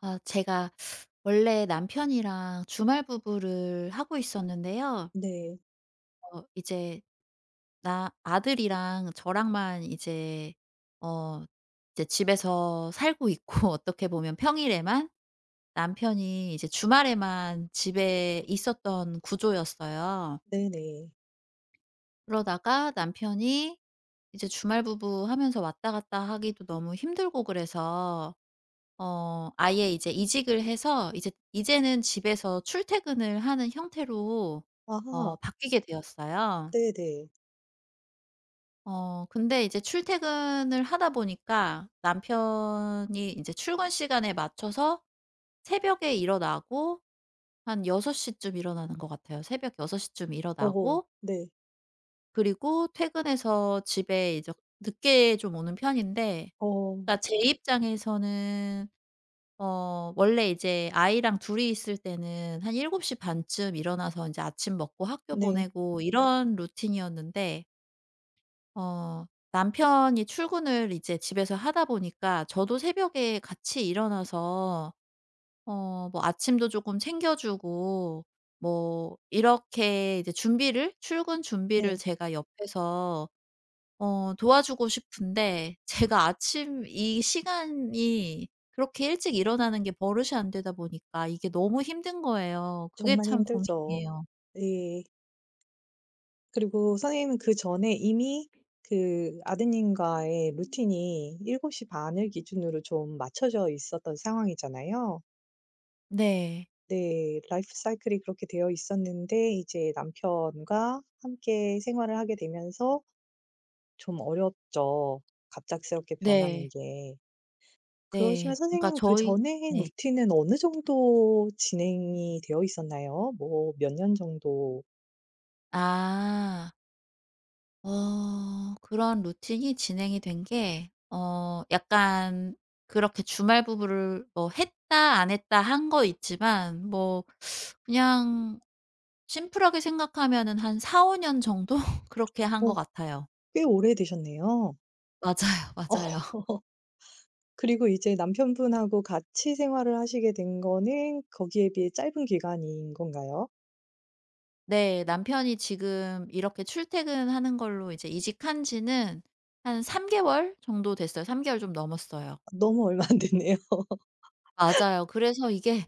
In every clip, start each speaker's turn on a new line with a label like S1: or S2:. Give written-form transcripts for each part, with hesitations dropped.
S1: 아 제가 원래 남편이랑 주말 부부를 하고 있었는데요.
S2: 네.
S1: 어 이제 나 아들이랑 저랑만 이제 어 이제 집에서 살고 있고 어떻게 보면 평일에만 남편이 이제 주말에만 집에 있었던 구조였어요.
S2: 네네.
S1: 그러다가 남편이 이제 주말 부부 하면서 왔다 갔다 하기도 너무 힘들고 그래서 어 아예 이제 이직을 해서 이제는 집에서 출퇴근을 하는 형태로
S2: 아하.
S1: 어 바뀌게 되었어요.
S2: 네네.
S1: 어 근데 이제 출퇴근을 하다 보니까 남편이 이제 출근 시간에 맞춰서 새벽에 일어나고 한6섯시쯤 일어나는 것 같아요. 새벽 6섯시쯤
S2: 어
S1: 일어나고
S2: 네.
S1: 그리고 퇴근해서 집에 이제 늦게 좀 오는 편인데,
S2: 어
S1: 그러니까 제 입장에서는 어 원래 이제 아이랑 둘이 있을 때는 한7시반쯤 일어나서 이제 아침 먹고 학교
S2: 네.
S1: 보내고 이런 루틴이었는데 어 남편이 출근을 이제 집에서 하다 보니까 저도 새벽에 같이 일어나서 어 뭐 아침도 조금 챙겨 주고 뭐 이렇게 이제 준비를 출근 준비를
S2: 네.
S1: 제가 옆에서 어 도와주고 싶은데, 제가 아침 이 시간이 그렇게 일찍 일어나는 게 버릇이 안 되다 보니까 이게 너무 힘든 거예요. 그게
S2: 정말
S1: 참
S2: 힘들죠.
S1: 고민이에요.
S2: 예. 그리고 선생님은 그전에 이미 그 아드님과의 루틴이 일곱시 반을 기준으로 좀 맞춰져 있었던 상황이잖아요.
S1: 네.
S2: 네. 라이프 사이클이 그렇게 되어 있었는데 이제 남편과 함께 생활을 하게 되면서 좀 어렵죠, 갑작스럽게 변하는
S1: 네.
S2: 게. 그러시면
S1: 네. 그러니까
S2: 선생님은
S1: 저희
S2: 그전에
S1: 네.
S2: 루틴은 어느 정도 진행이 되어 있었나요? 뭐 몇 년 정도.
S1: 아. 어 그런 루틴이 진행이 된 게 어 약간 그렇게 주말 부부를 뭐 했다 안 했다 한 거 있지만 뭐 그냥 심플하게 생각하면은 한 4-5년 정도 그렇게 한 것
S2: 어
S1: 같아요.
S2: 꽤 오래되셨네요.
S1: 맞아요,
S2: 어
S1: 맞아요.
S2: 그리고 이제 남편분하고 같이 생활을 하시게 된 거는 거기에 비해 짧은 기간인 건가요?
S1: 네. 남편이 지금 이렇게 출퇴근하는 걸로 이제 이직한 지는 한 3 개월 정도 됐어요. 3 개월 좀 넘었어요.
S2: 너무 얼마 안 됐네요.
S1: 맞아요. 그래서 이게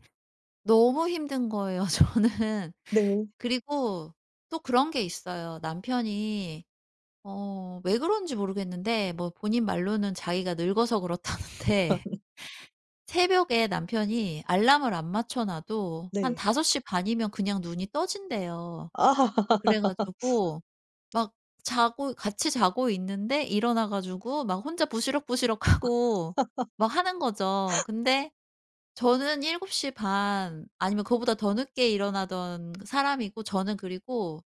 S1: 너무 힘든 거예요 저는.
S2: 네.
S1: 그리고 또 그런 게 있어요. 남편이 어 왜 그런지 모르겠는데 뭐 본인 말로는 자기가 늙어서 그렇다는데 새벽에 남편이 알람을 안 맞춰 놔도 한
S2: 네.
S1: 5시반 이면 그냥 눈이 떠진대요.
S2: 아.
S1: 그래 가지고 막 자고 같이 자고 있는데 일어나 가지고 막 혼자 부시럭부시럭하고 막 하는 거죠. 근데 저는 7시반 아니면 그거보다 더 늦게 일어나던 사람이고, 저는 그리고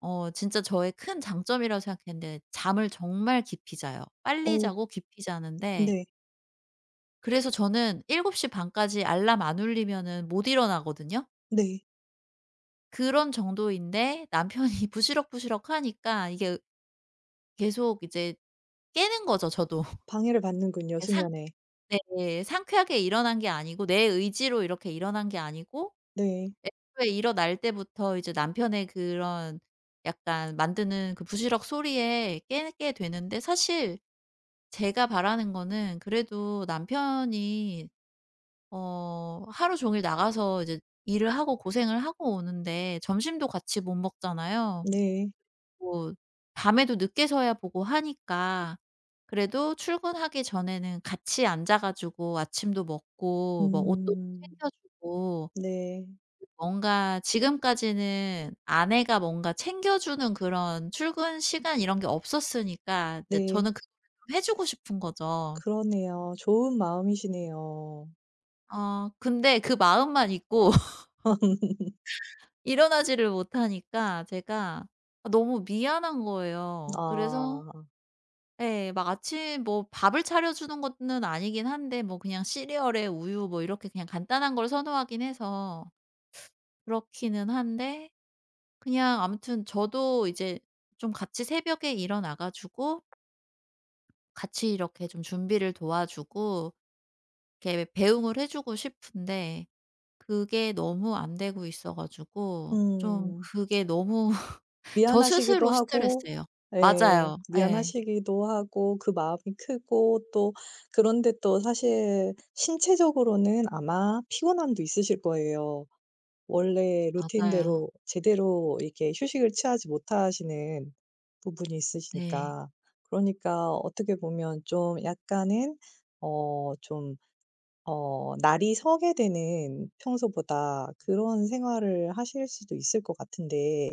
S1: 어 진짜 저의 큰 장점이라고 생각했는데 잠을 정말 깊이 자요.
S2: 어
S1: 빨리 자고 깊이 자는데,
S2: 네.
S1: 그래서 저는 7시반 까지 알람 안 울리면은 못 일어나거든요.
S2: 네.
S1: 그런 정도인데 남편이 부시럭부시럭 하니까 이게 계속 이제 깨는 거죠 저도.
S2: 방해를 받는군요,
S1: 예 상
S2: 수면에.
S1: 네 상쾌하게 일어난 게 아니고 내 의지로 이렇게 일어난 게 아니고
S2: 네.
S1: 왜 일어날 때부터 이제 남편의 그런 약간 만드는 그 부시럭 소리에 깨게 되는데, 사실 제가 바라는 거는, 그래도 남편이 어 하루 종일 나가서 이제 일을 하고 고생을 하고 오는데 점심도 같이 못 먹잖아요.
S2: 네.
S1: 뭐 밤에도 늦게서야 보고 하니까 그래도 출근하기 전에는 같이 앉아 가지고 아침도 먹고 뭐 옷도
S2: 음.
S1: 챙겨 주고,
S2: 네.
S1: 뭔가 지금까지는 아내가 뭔가 챙겨 주는 그런 출근 시간 이런 게 없었으니까 이제
S2: 네.
S1: 저는 그걸 좀 해 주고 싶은 거죠.
S2: 그러네요. 좋은 마음이시네요.
S1: 아 근데 그 마음만 있고 일어나지를 못하니까 제가 아 너무 미안한 거예요. 그래서
S2: 아.
S1: 예 막 아침 뭐 밥을 차려주는 것은 아니긴 한데, 뭐 그냥 시리얼에 우유 뭐 이렇게 그냥 간단한 걸 선호하긴 해서 그렇기는 한데, 그냥 아무튼 저도 이제 좀 같이 새벽에 일어나 가지고 같이 이렇게 좀 준비를 도와주고 이렇게 배웅을 해 주고 싶은데 그게 너무 안 되고 있어 가지고 좀
S2: 음.
S1: 그게 너무 저
S2: 미안하시기도
S1: 스스로
S2: 하고.
S1: 스트레스예요.
S2: 예.
S1: 맞아요. 예.
S2: 미안하시기도 하고 그 마음이 크고 또 그런데 또 사실 신체적으로는 아마 피곤함도 있으실 거예요. 원래
S1: 맞아요.
S2: 루틴대로 제대로 이렇게 휴식을 취하지 못하시는 부분이
S1: 네.
S2: 있으시니까. 그러니까 어떻게 보면 좀 약간은 어좀 날이 서게 되는 평소보다 그런 생활을 하실 수도 있을 것 같은데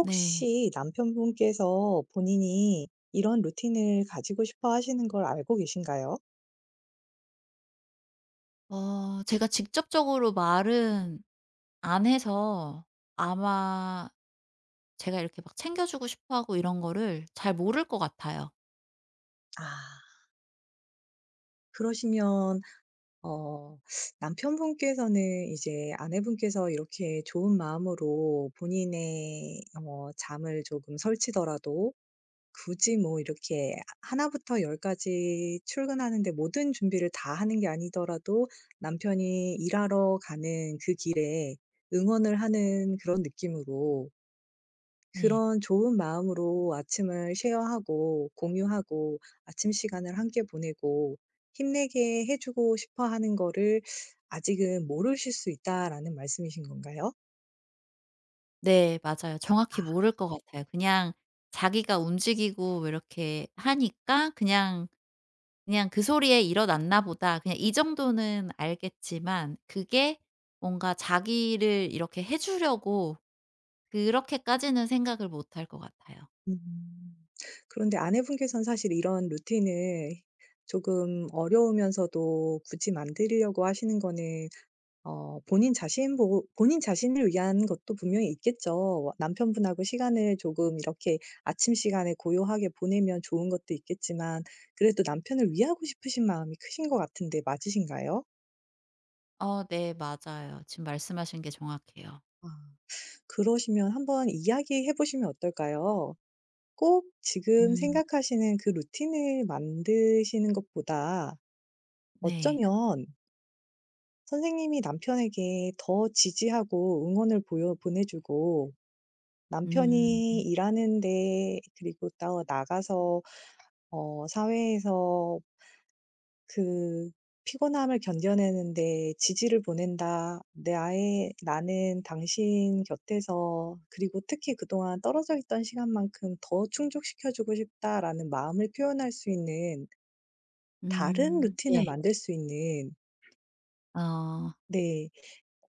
S1: 네.
S2: 남편분께서 본인이 이런 루틴을 가지고 싶어 하시는 걸 알고 계신가요?
S1: 어 제가 직접적으로 말은 안 해서 아마 제가 이렇게 막 챙겨 주고 싶어 하고 이런 거를 잘 모를 것 같아요.
S2: 아 그러시면 어 남편분께서는 이제 아내분께서 이렇게 좋은 마음으로 본인의 잠을 조금 설치더라도 굳이 뭐 이렇게 하나 부터 열 까지 출근하는데 모든 준비를 다 하는 게 아니더라도 남편이 일하러 가는 그 길에 응원을 하는 그런 느낌으로
S1: 네.
S2: 그런 좋은 마음으로 아침을 쉐어하고 공유하고 아침 시간을 함께 보내고 힘내게 해 주고 싶어 하는 거를 아직은 모르실 수 있다라는 말씀이신 건가요?
S1: 네 맞아요. 정확히
S2: 아.
S1: 모를 것 같아요. 그냥 자기가 움직이고 뭐 이렇게 하니까 그냥 그냥 그 소리에 '일어났나 보다.' 그냥 이 정도는 알겠지만 그게 뭔가 자기를 이렇게 해 주려고 그렇게까지는 생각을 못할 것 같아요.
S2: 음. 그런데 아내분께서는 사실 이런 루틴을 조금 어려우면서도 굳이 만들려고 하시는 거는 본인 자신 보고 본인 자신을 위한 것도 분명히 있겠죠. 남편분하고 시간을 조금 이렇게 아침 시간에 고요하게 보내면 좋은 것도 있겠지만 그래도 남편을 위하고 싶으신 마음이 크신 것 같은데 맞으신가요?
S1: 어 네 맞아요. 지금 말씀하신 게 정확해요.
S2: 아. 그러시면 한번 이야기해 보시면 어떨까요? 꼭 지금
S1: 음.
S2: 생각하시는 그 루틴을 만드시는 것보다
S1: 네.
S2: 어쩌면 선생님이 남편에게 더 지지하고 응원을 보여 보내주고
S1: 음.
S2: 남편이 일하는 데 그리고 또 나가서 사회에서 그 피곤함을 견뎌내는 데 지지를 보낸다. 내 아예 나는 당신 곁에서 그리고 특히 그동안 떨어져 있던 시간만큼 더 충족시켜 주고 싶다라는 마음을 표현할 수 있는 다른
S1: 음.
S2: 루틴을
S1: 네.
S2: 만들 수 있는.
S1: 어.
S2: 네.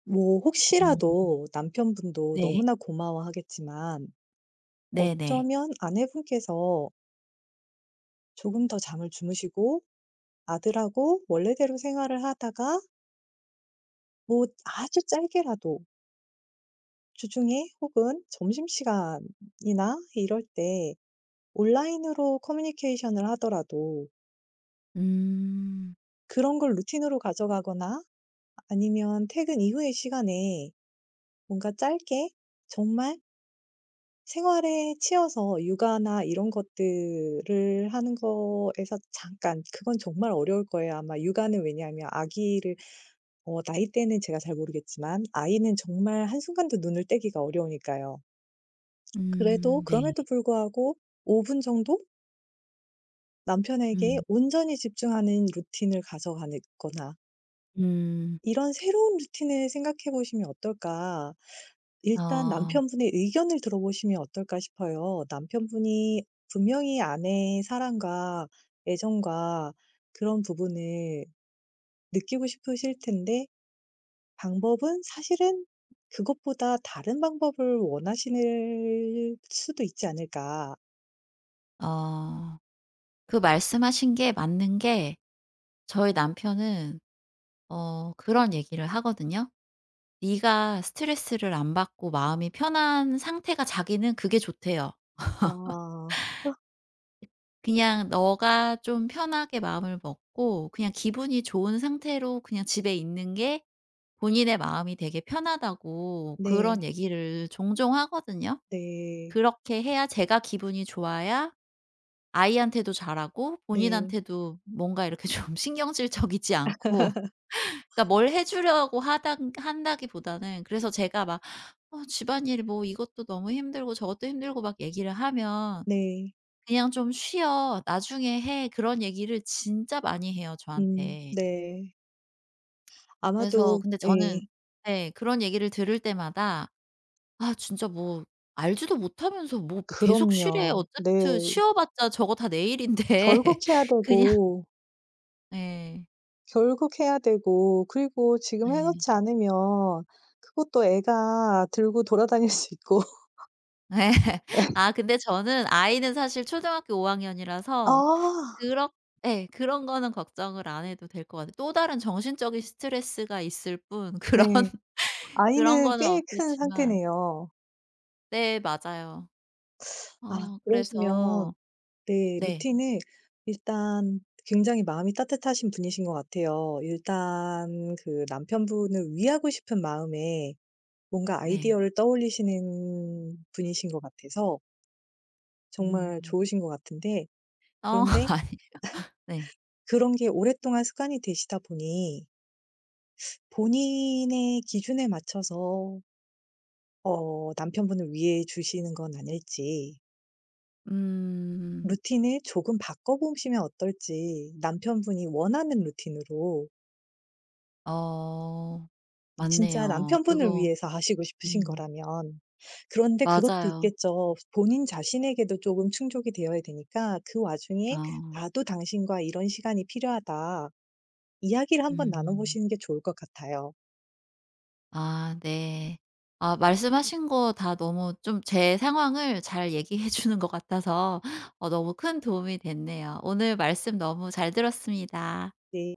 S2: 뭐
S1: 음.
S2: 혹시라도 남편분도
S1: 네.
S2: 너무나 고마워하겠지만
S1: 네네.
S2: 어쩌면 아내분께서 조금 더 잠을 주무시고 아들하고 원래대로 생활을 하다가 뭐 아주 짧게라도 주중에 혹은 점심시간이나 이럴 때 온라인으로 커뮤니케이션을 하더라도
S1: 음.
S2: 그런 걸 루틴으로 가져가거나 아니면 퇴근 이후의 시간에 뭔가 짧게 정말 생활에 치여서 육아나 이런 것들을 하는 거에서 잠깐 그건 정말 어려울 거예요. 아마 육아는 왜냐하면 아기를 나이대는 제가 잘 모르겠지만 아이는 정말 한순간도 눈을 떼기가 어려우니까요. 그래도
S1: 음. 네.
S2: 그럼에도 불구하고 5분 정도 남편에게
S1: 음.
S2: 온전히 집중하는 루틴을 가져가는 거나
S1: 음.
S2: '이런 새로운 루틴을 생각해 보시면 어떨까?' 일단
S1: 어.
S2: 남편분의 의견을 들어보시면 어떨까 싶어요. 남편분이 분명히 아내의 사랑과 애정과 그런 부분을 느끼고 싶으실 텐데 방법은 사실은 그것보다 다른 방법을 원하는 수도 있지 않을까.
S1: 어. 그 말씀하신 게 맞는 게 저희 남편은 어 그런 얘기를 하거든요. 네가 스트레스를 안 받고 마음이 편한 상태가, 자기는 그게 좋대요.
S2: 아.
S1: 그냥 너가 좀 편하게 마음을 먹고 그냥 기분이 좋은 상태로 그냥 집에 있는 게 본인의 마음이 되게 편하다고
S2: 네.
S1: 그런 얘기를 종종 하거든요.
S2: 네.
S1: 그렇게 해야, 제가 기분이 좋아야 아이한테도 잘하고
S2: 네.
S1: 본인한테도 뭔가 이렇게 좀 신경질적이지 않고. 그러니까 뭘 해 주려고 하다 한다기보다는 그래서 제가 막 "어 집안일 뭐 이것도 너무 힘들고 저것도 힘들고." 막 얘기를 하면
S2: 네.
S1: "그냥 좀 쉬어. 나중에 해." 그런 얘기를 진짜 많이 해요, 저한테.
S2: 네.
S1: 그래서
S2: 아마도
S1: 근데
S2: 예.
S1: 저는 네 그런 얘기를 들을 때마다 '아 진짜 뭐 알지도 못하면서 뭐 계속 쉬래.
S2: 그럼요. 네.
S1: 어차피 쉬어 봤자 저거 다 내일인데.'
S2: 결국 해야
S1: 그냥
S2: 되고
S1: 네
S2: 결국 해야 되고 그리고 지금 해
S1: 네.
S2: 놓지 않으면 그것도 애가 들고 돌아다닐 수 있고 예.
S1: 아 근데 저는 아이는 사실 초등학교 5 학년이라서
S2: 아
S1: 그렇 예. 그런 거는 걱정을 안 해도 될 것 같아요. 또 다른 정신적인 스트레스가 있을 뿐
S2: 네.
S1: 그런
S2: 아이는
S1: 거는
S2: 꽤 큰
S1: 없겠지만
S2: 상태네요.
S1: 네 맞아요.
S2: 아
S1: 어 그래서
S2: 그러시면 네
S1: 네.
S2: 루틴을 일단 굉장히 마음이 따뜻하신 분이신 것 같아요. 일단 그 남편분을 위하고 싶은 마음에 뭔가
S1: 네.
S2: 아이디어를 떠올리시는 분이신 것 같아서 정말
S1: 음.
S2: 좋으신 것 같은데
S1: 어
S2: 그런데
S1: 아니 네.
S2: 그런 게 오랫동안 습관이 되시다 보니 본인의 기준에 맞춰서 남편분을 위해 주시는 건 아닐지
S1: 음.
S2: 루틴을 조금 바꿔 보시면 어떨지 남편분이 원하는 루틴으로
S1: 어
S2: 진짜
S1: 맞네요.
S2: 남편분을
S1: 그거
S2: 위해서 하시고 싶으신
S1: 음
S2: 거라면. 그런데 그것도
S1: 맞아요.
S2: 있겠죠. 본인 자신에게도 조금 충족이 되어야 되니까 그 와중에
S1: 어
S2: "나도 당신과 이런 시간이 필요하다." 이야기를 한번 나눠
S1: 음.
S2: 보시는 게 좋을 것 같아요.
S1: 아 네. 아 말씀하신 거 다 너무 좀 제 상황을 잘 얘기해 주는 것 같아서 어 너무 큰 도움이 됐네요. 오늘 말씀 너무 잘 들었습니다.
S2: 네.